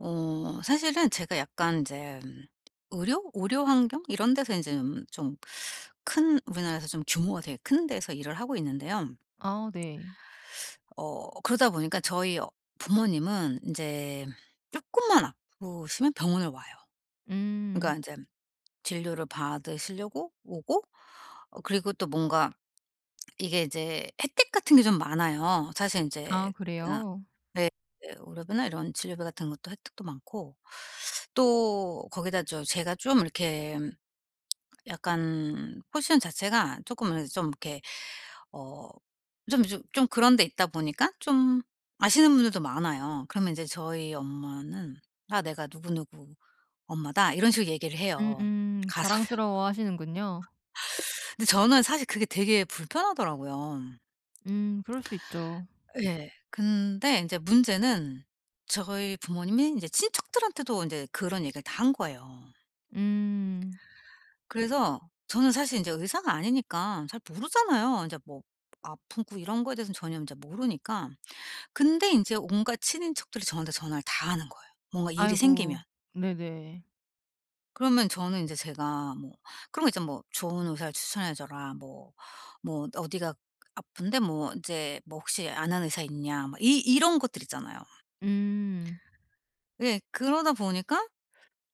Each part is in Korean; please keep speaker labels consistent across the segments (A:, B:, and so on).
A: 사실은 제가 약간 이제 의료 환경 이런 데서 이제좀큰 우리나라에서 좀 규모가 되게 큰 데서 일을 하고 있는데요.
B: 아 네.
A: 그러다 보니까 저희 부모님은 이제 조금만 아프시면 병원을 와요.
B: 음.
A: 그러니까 이제 진료를 받으시려고 오고 그리고 또 뭔가 이게 이제 혜택 같은 게 좀 많아요. 사실 이제
B: 아
A: 그냥
B: 그래요?
A: 네. 네. 의료비나 이런 진료비 같은 것도 혜택도 많고 또 거기다 저 제가 좀 이렇게 약간 포지션 자체가 조금 이렇게 좀 이렇게 어 좀 그런 데 있다 보니까 좀 아시는 분들도 많아요. 그러면 이제 저희 엄마는 "아 내가 누구누구 엄마다." 이런 식으로 얘기를 해요
B: 음음.
A: 가서.
B: 자랑스러워하시는군요.
A: 근데 저는 사실 그게 되게 불편하더라고요.
B: 그럴 수 있죠.
A: 예. 근데 인제 문제는 저희 부모님이 인제 친척들한테도 인제 그런 얘기를 다 한 거예요.
B: 음.
A: 그래서 저는 사실 인제 의사가 아니니까 잘 모르잖아요. 인제 뭐 아프고 이런 거에 대해서는 전혀 인제 모르니까. 근데 인제 온갖 친인척들이 저한테 전화를 다 하는 거예요, 뭔가 일이 생기면.
B: 아이고. 네네.
A: 그러면 저는 인제 제가 뭐 그런 거 있잖아요. 뭐 "좋은 의사를 추천해 줘라." 뭐 뭐 "어디가 아픈데 뭐 인제 뭐 혹시 아는 의사 있냐." 막 이 이런 것들 있잖아요.
B: 음.
A: 예. 그러다 보니까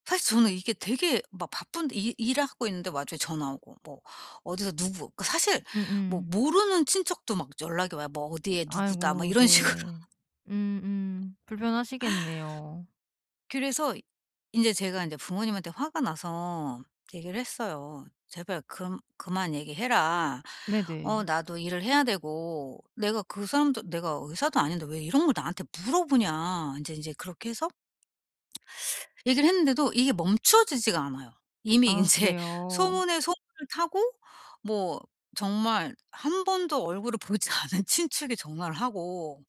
A: 사실 저는 이게 되게 막 바쁜데 일 일하고 있는데 와중에 전화 오고 뭐 어디서 누구 그 사실 뭐
B: 음음.
A: 모르는 친척도 막 연락이 와요. 뭐 "어디에 누구다." 막
B: 아이고
A: 이런 식으로.
B: 네. 음음. 불편하시겠네요.
A: 그래서 이제 제가 이제 부모님한테 화가 나서 얘기를 했어요. "제발 금 그만 얘기해라.
B: 네네.
A: 나도 일을 해야 되고 내가 그 사람도 내가 의사도 아닌데 왜 이런 걸 나한테 물어보냐." 이제 그렇게 해서 얘기를 했는데도 이게 멈춰지지가 않아요. 이미
B: 아
A: 인제
B: 그래요.
A: 소문에 소문을 타고 뭐 정말 한 번도 얼굴을 보지 않은 친척이 전화를 하고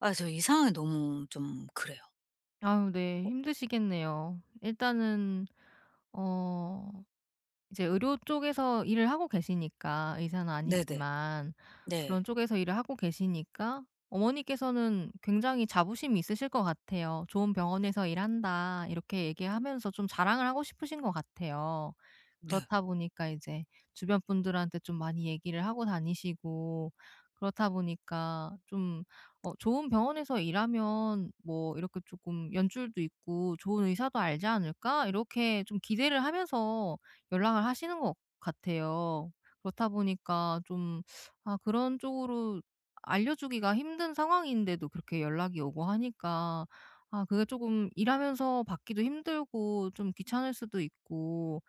A: 아 저 이 상황이 너무 좀 그래요.
B: 아유 네. 힘드시겠네요. 일단은 어 이제 의료 쪽에서 일을 하고 계시니까 의사는
A: 네네.
B: 아니지만
A: 네.
B: 그런 쪽에서 일을 하고 계시니까 어머니께서는 굉장히 자부심이 있으실 것 같아요. "좋은 병원에서 일한다." 이렇게 얘기하면서 좀 자랑을 하고 싶으신 것 같아요.
A: 네.
B: 그렇다 보니까 이제 주변 분들한테 좀 많이 얘기를 하고 다니시고, 그렇다 보니까 좀 좋은 병원에서 일하면 뭐 이렇게 조금 연줄도 있고 좋은 의사도 알지 않을까? 이렇게 좀 기대를 하면서 연락을 하시는 것 같아요. 그렇다 보니까 좀 아 그런 쪽으로 알려주기가 힘든 상황인데도 그렇게 연락이 오고 하니까, 아 그게 조금 일하면서 받기도 힘들고 좀 귀찮을 수도 있고,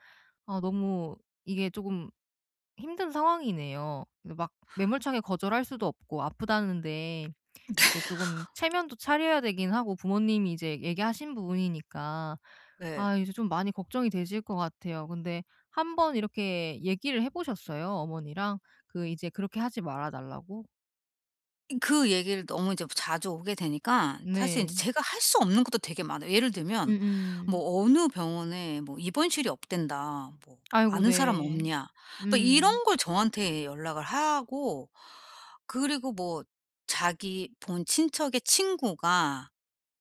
B: 아 너무 이게 조금 힘든 상황이네요. 근데 막 매몰차게 거절할 수도 없고 아프다는데 이제 조금 체면도 차려야 되긴 하고 부모님이 이제 얘기하신 부분이니까
A: 네네.
B: 아 이제 좀 많이 걱정이 되실 것 같아요. 근데 한 번 이렇게 얘기를 해 보셨어요, 어머니랑? 그 이제 그렇게 하지 말아 달라고?
A: 그 얘기를 너무 이제 자주 오게 되니까 사실
B: 네.
A: 제 제가 할 수 없는 것도 되게 많아요. 예를 들면
B: 음음.
A: 뭐 "어느 병원에 뭐 입원실이 없댄다." 뭐
B: 아이고
A: "아는 사람
B: 네.
A: 없냐?" 뭐
B: 음.
A: 이런 걸 저한테 연락을 하고 그리고 뭐 자기 본 친척의 친구가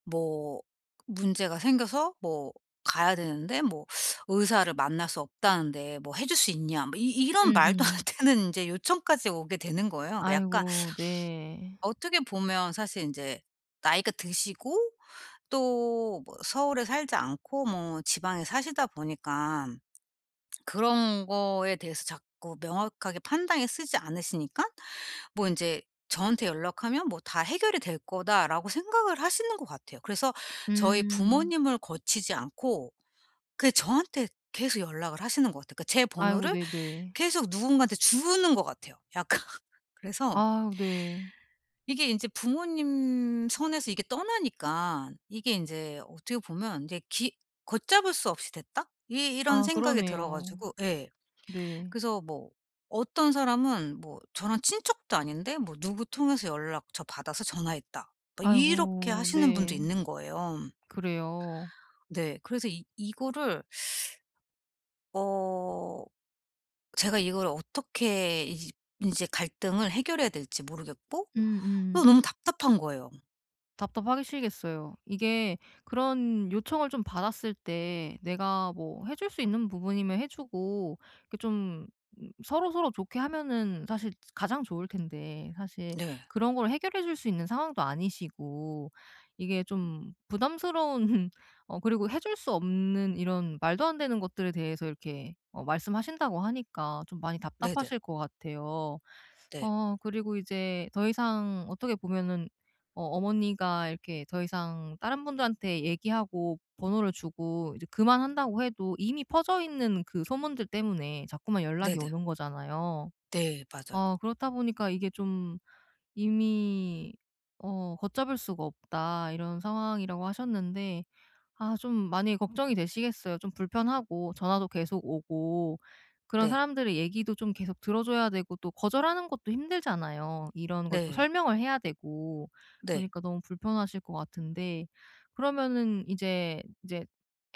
A: 뭐 문제가 생겨서 뭐 가야 되는데 뭐 의사를 만날 수 없다는데 뭐 "해 줄 수 있냐?" 뭐 이 이런 말도 안
B: 음음.
A: 되는 이제 요청까지 오게 되는 거예요. 그러니까 약간
B: 아이고 네.
A: 어떻게 보면 사실 인제 나이가 드시고 또 뭐 서울에 살지 않고 뭐 지방에 사시다 보니까 그런 거에 대해서 자꾸 명확하게 판단이 서지 않으시니까 뭐 인제 저한테 연락하면 뭐 '다 해결이 될 거다.'라고 생각을 하시는 것 같아요. 그래서 저희
B: 음.
A: 부모님을 거치지 않고 그냥 저한테 계속 연락을 하시는 것 같아요. 그러니까 제
B: 아이고
A: 번호를
B: 네네.
A: 계속 누군가한테 주는 것 같아요 약간. 그래서
B: 아우 네.
A: 이게 이제 부모님 손에서 이게 떠나니까 이게 인제 어떻게 보면 이제 기 '걷잡을 수 없이 됐다.' 이 이런
B: 아
A: 생각이 들어
B: 그러네요.
A: 가지고 예.
B: 네.
A: 그래서 뭐 어떤 사람은 뭐 저랑 친척도 아닌데 뭐 "누구 통해서 연락 저 받아서 전화했다." 막 이렇게
B: 아이고
A: 하시는 분도
B: 네.
A: 있는 거예요.
B: 그래요.
A: 네. 그래서 이 이거를 어 제가 이걸 어떻게 이 인제 갈등을 해결해야 될지 모르겠고 또
B: 음음.
A: 너무 답답한 거예요.
B: 답답하시겠어요. 이게 그런 요청을 좀 받았을 때 내가 뭐 해줄 수 있는 부분이면 해주고 이렇게 좀, 서로서로 좋게 하면은 사실 가장 좋을 텐데, 사실
A: 네.
B: 그런 걸 해결해 줄 수 있는 상황도 아니시고 이게 좀 부담스러운 그리고 해줄 수 없는 이런 말도 안 되는 것들에 대해서 이렇게 말씀하신다고 하니까 좀 많이
A: 네네.
B: 답답하실 것 같아요.
A: 네.
B: 그리고 이제 더 이상 어떻게 보면은 어머니가 이렇게 더 이상 다른 분들한테 얘기하고 번호를 주고 이제 그만한다고 해도, 이미 퍼져 있는 그 소문들 때문에 자꾸만 연락이
A: 네네.
B: 오는 거잖아요.
A: 네 맞아요.
B: 그렇다 보니까 이게 좀 이미 "걷잡을 수가 없다." 이런 상황이라고 하셨는데, 아 좀 많이 걱정이 되시겠어요. 좀 불편하고 전화도 계속 오고 그런
A: 네.
B: 사람들의 얘기도 좀 계속 들어 줘야 되고, 또 거절하는 것도 힘들잖아요. 이런 걸 또
A: 네.
B: 설명을 해야 되고.
A: 네.
B: 그러니까 너무 불편하실 것 같은데, 그러면은 이제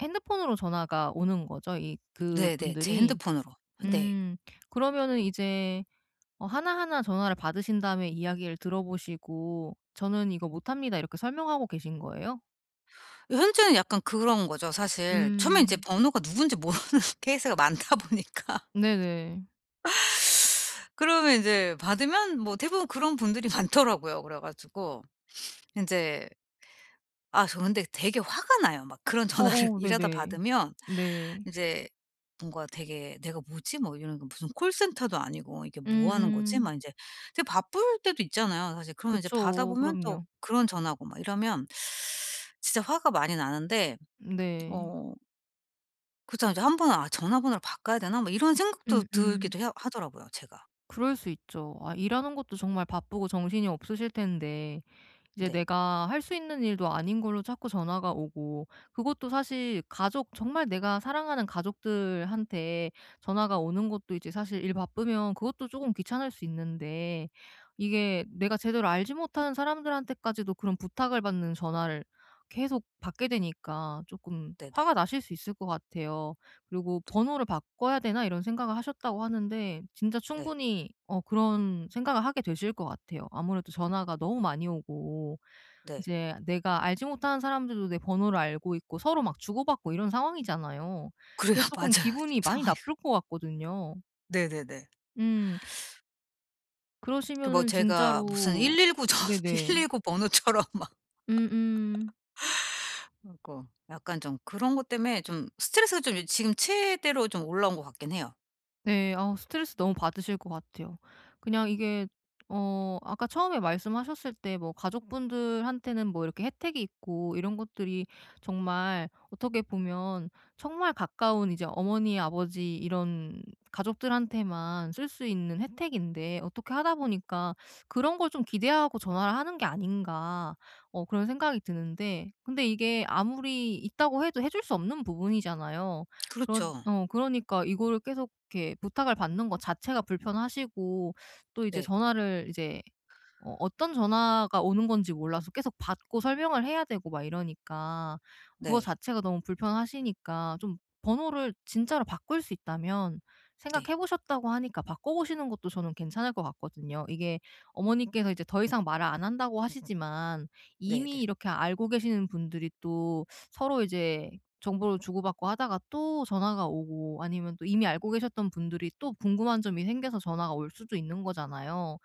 B: 핸드폰으로 전화가 오는 거죠, 이
A: 네네. 제
B: 그분들이?
A: 핸드폰으로. 네.
B: 음. 그러면은 이제 하나하나 전화를 받으신 다음에 이야기를 들어 보시고 "저는 이거 못합니다." 이렇게 설명하고 계신 거예요?
A: 현재는 약간 그런 거죠 사실. 처음에 인제
B: 음.
A: 번호가 누군지 모르는 케이스가 많다 보니까
B: 네네.
A: 그러면 인제 받으면 뭐 대부분 그런 분들이 많더라고요. 그래 가지고 인제 아 저 근데 되게 화가 나요. 막 그런 전화를
B: 어어
A: 일하다
B: 네네.
A: 받으면
B: 네.
A: 이제 뭔가 되게 '내가 뭐지?' 뭐 이런 거 무슨 콜센터도 아니고 '이게 뭐 하는 거지?'
B: 음음.
A: 막 이제 되게 바쁠 때도 있잖아요 사실. 그러면 이제
B: 그쵸.
A: 받아보면 또
B: 그럼요.
A: 그런 전화고 막 이러면 진짜 화가 많이 나는데
B: 네.
A: 어 그렇다고 이제 한 번은 '아 전화번호를 바꿔야 되나?' 뭐 이런 생각도
B: 음음.
A: 들기도 하더라고요 제가.
B: 그럴 수 있죠. 아 일하는 것도 정말 바쁘고 정신이 없으실 텐데, 이제
A: 네.
B: 내가 할 수 있는 일도 아닌 걸로 자꾸 전화가 오고, 그것도 사실 가족, 정말 내가 사랑하는 가족들한테 전화가 오는 것도 이제 사실 일 바쁘면 그것도 조금 귀찮을 수 있는데, 이게 내가 제대로 알지 못하는 사람들한테까지도 그런 부탁을 받는 전화를 계속 받게 되니까 조금
A: 네네.
B: 화가 나실 수 있을 것 같아요. 그리고 '번호를 바꿔야 되나?' 이런 생각을 하셨다고 하는데, 진짜
A: 네.
B: 충분히 그런 생각을 하게 되실 것 같아요. 아무래도 전화가 너무 많이 오고,
A: 네.
B: 이제 내가 알지 못하는 사람들도 내 번호를 알고 있고 서로 막 주고받고 이런 상황이잖아요.
A: 그래요.
B: 그래서
A: 맞아요.
B: 쪼끔
A: 지금
B: 기분이 많이
A: 상황이 그
B: 나쁠 것 같거든요.
A: 네네네.
B: 음.
A: 그 뭐
B: 그러시면은
A: 제가 무슨
B: 진짜로,
A: 119전
B: 네네.
A: 119 번호처럼 막
B: 음음.
A: 하고 약간 좀 그런 것 때문에 좀 스트레스가 좀 지금 최대로 좀 올라온 것 같긴 해요.
B: 네. 아우 스트레스 너무 받으실 것 같아요. 그냥 이게 아까 처음에 말씀하셨을 때 뭐 가족분들한테는 뭐 이렇게 혜택이 있고 이런 것들이 정말 어떻게 보면 정말 가까운 이제 어머니, 아버지 이런 가족들한테만 쓸 수 있는 혜택인데, 어떻게 하다 보니까 '그런 걸 좀 기대하고 전화를 하는 게 아닌가.' 그런 생각이 드는데, 근데 이게 아무리 있다고 해도 해줄 수 없는 부분이잖아요.
A: 그렇죠.
B: 그러니까 이거를 계속 이렇게 부탁을 받는 것 자체가 불편하시고, 또 이제
A: 네.
B: 전화를 이제 어떤 전화가 오는 건지 몰라서 계속 받고 설명을 해야 되고 막 이러니까 그거
A: 네.
B: 자체가 너무 불편하시니까 좀, 번호를 진짜로 바꿀 수 있다면,
A: 네.
B: 생각해 보셨다고 하니까 바꿔 보시는 것도 저는 괜찮을 것 같거든요. 이게 어머니께서 이제 더 이상 말을 안 한다고 하시지만
A: 네네.
B: 이미 이렇게 알고 계시는 분들이 또 서로 이제 정보를 주고받고 하다가 또 전화가 오고, 아니면 또 이미 알고 계셨던 분들이 또 궁금한 점이 생겨서 전화가 올 수도 있는 거잖아요.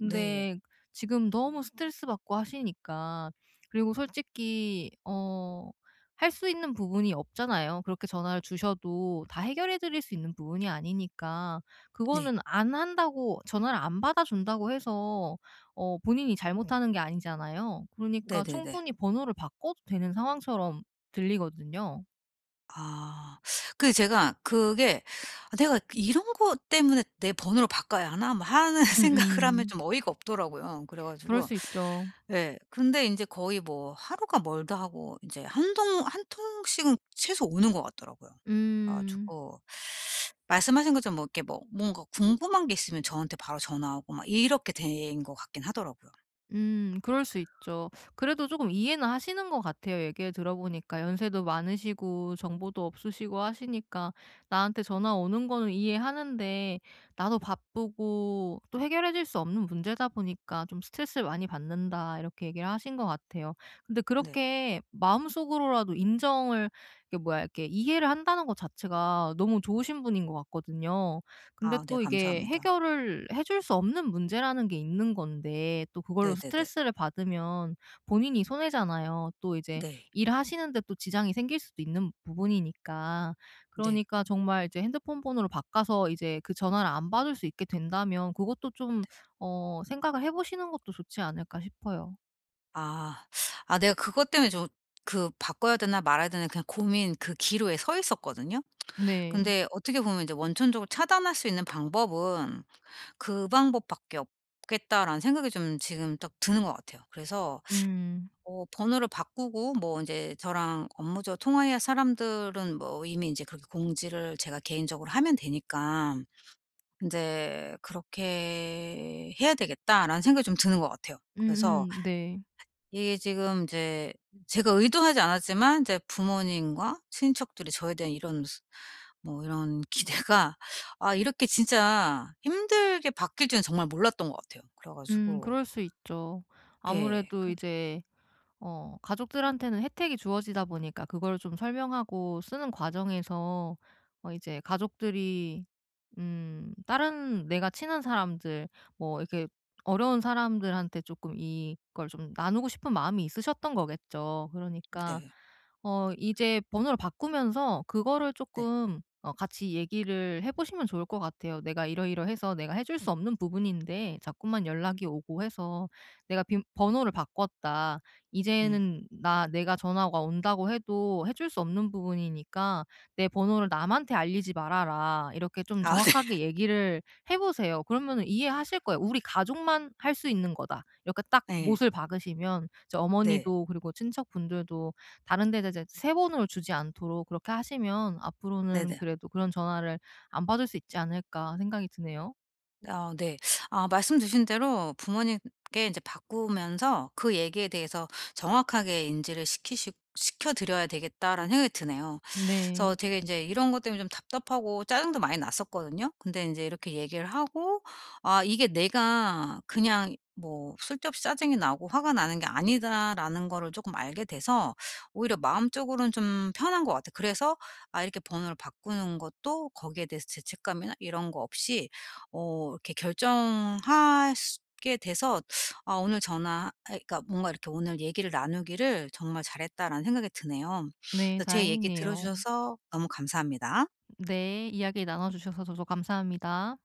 A: 네.
B: 지금 너무 스트레스 받고 하시니까. 그리고 솔직히 할 수 있는 부분이 없잖아요. 그렇게 전화를 주셔도 다 해결해 드릴 수 있는 부분이 아니니까,
A: 네.
B: 그거는 안 한다고 전화를 안 받아 준다고 해서 본인이 잘못하는 게 아니잖아요. 그러니까
A: 네네네.
B: 충분히 번호를 바꿔도 되는 상황처럼 들리거든요.
A: 아. 그 제가 그게 '아 내가 이런 거 때문에 내 번호를 바꿔야 하나?' 뭐 하는 생각을 하면
B: 음음.
A: 좀 어이가 없더라고요. 그래
B: 그럴
A: 가지고
B: 수 있죠.
A: 예. 근데 이제 거의 뭐 하루가 멀다 하고 이제 한 통 한 통씩은 최소 오는 것 같더라고요. 그래
B: 음.
A: 가지고 말씀하신 것처럼 뭐 이렇게 뭐 뭔가 궁금한 게 있으면 저한테 바로 전화하고 막 이렇게 된 것 같긴 하더라고요.
B: 그럴 수 있죠. 그래도 조금 이해는 하시는 것 같아요. 얘기를 들어보니까 연세도 많으시고 정보도 없으시고 하시니까 나한테 전화 오는 거는 이해하는데, 나도 바쁘고 또 해결해질 수 없는 문제다 보니까 좀 "스트레스를 많이 받는다." 이렇게 얘기를 하신 것 같아요. 근데
A: 네.
B: 그렇게 마음속으로라도 인정을, 이게 뭐야, 이렇게 이해를 한다는 것 자체가 너무 좋으신 분인 것 같거든요. 근데
A: 아 네
B: 또 이게
A: 감사합니다.
B: 해결을 해줄 수 없는 문제라는 게 있는 건데 또 그걸로
A: 네네네.
B: 스트레스를 받으면 본인이 손해잖아요. 또 이제
A: 네.
B: 일하시는데 또 지장이 생길 수도 있는 부분이니까.
A: 네.
B: 그러니까 정말 이제 핸드폰 번호를 바꿔서 이제 그 전화를 안 받을 수 있게 된다면 그것도 좀 생각을 해 보시는 것도 좋지 않을까 싶어요.
A: 아. 아 내가 그것 때문에 좀 그 바꿔야 되나 말아야 되나 그냥 고민 그 기로에 서 있었거든요.
B: 네.
A: 근데 어떻게 보면 이제 원천적으로 차단할 수 있는 방법은 '그 방법밖에 없겠다.'라는 생각이 좀 지금 딱 드는 것 같아요. 그래서
B: 음.
A: 번호를 바꾸고 뭐 이제 저랑 업무적으로 통화해야 할 사람들은 뭐 이미 이제 그렇게 공지를 제가 개인적으로 하면 되니까 이제 '그렇게 해야 되겠다.'라는 생각이 좀 드는 것 같아요. 그래서
B: 음음 네.
A: 이게 지금 이제 제가 의도하지 않았지만 이제 부모님과 친척들이 저에 대한 이런 스 뭐 이런 기대가 아 이렇게 진짜 힘들게 바뀔 줄은 정말 몰랐던 것 같아요. 그래 가지고
B: 그럴 수 있죠.
A: 예.
B: 아무래도
A: 그
B: 이제 가족들한테는 혜택이 주어지다 보니까 그걸 좀 설명하고 쓰는 과정에서 이제 가족들이 다른 내가 친한 사람들, 뭐 이렇게 어려운 사람들한테 조금 이걸 좀 나누고 싶은 마음이 있으셨던 거겠죠. 그러니까
A: 네.
B: 이제 번호를 바꾸면서 그거를
A: 네.
B: 조금 같이 얘기를 해 보시면 좋을 것 같아요. "내가 이러이러해서, 내가 해줄 수 없는 부분인데 자꾸만 연락이 오고 해서 내가 빈 번호를 바꿨다.
A: 음.
B: 이제는 나 내가 전화가 온다고 해도 해줄 수 없는 부분이니까 내 번호를 남한테 알리지 말아라." 이렇게 좀
A: 아
B: 정확하게 얘기를 해 보세요. 그러면은 이해하실 거예요. '우리 가족만 할 수 있는 거다.' 이렇게 딱
A: 네. 네
B: 못을 박으시면 이제
A: 네.
B: 어머니도 그리고 친척분들도 다른 데다 이제 새 번호를 주지 않도록 그렇게 하시면 '앞으로는
A: 네네.
B: 그래도 그런 전화를 안 받을 수 있지 않을까.' 생각이 드네요.
A: 아 네. 아 말씀 주신 대로 부모님께 이제 바꾸면서 그 얘기에 대해서 정확하게 인지를 시키시 시켜 드려야 되겠다라는 생각이 드네요. 그래서
B: 네.
A: 되게 이제 이런 것 때문에 좀 답답하고 짜증도 많이 났었거든요. 근데 인제 이렇게 얘기를 하고 아 이게 내가 그냥 뭐 쓸데없이 짜증이 나고 화가 나는 게 아니다라는 거를 쪼끔 알게 돼서 오히려 마음적으로는 좀 편한 것 같아요. 그래서 아 이렇게 번호를 바꾸는 것도 거기에 대해서 죄책감이나 이런 거 없이 이렇게 결정할 수 게 돼서 아 오늘 전화 아 그러니까 뭔가 이렇게 오늘 얘기를 나누기를 정말 잘했다라는 생각이 드네요.
B: 네
A: 그래서 제 얘기
B: 다행이네요.
A: 들어주셔서 너무 감사합니다.
B: 네. 이야기 나눠 주셔서 저도 감사합니다.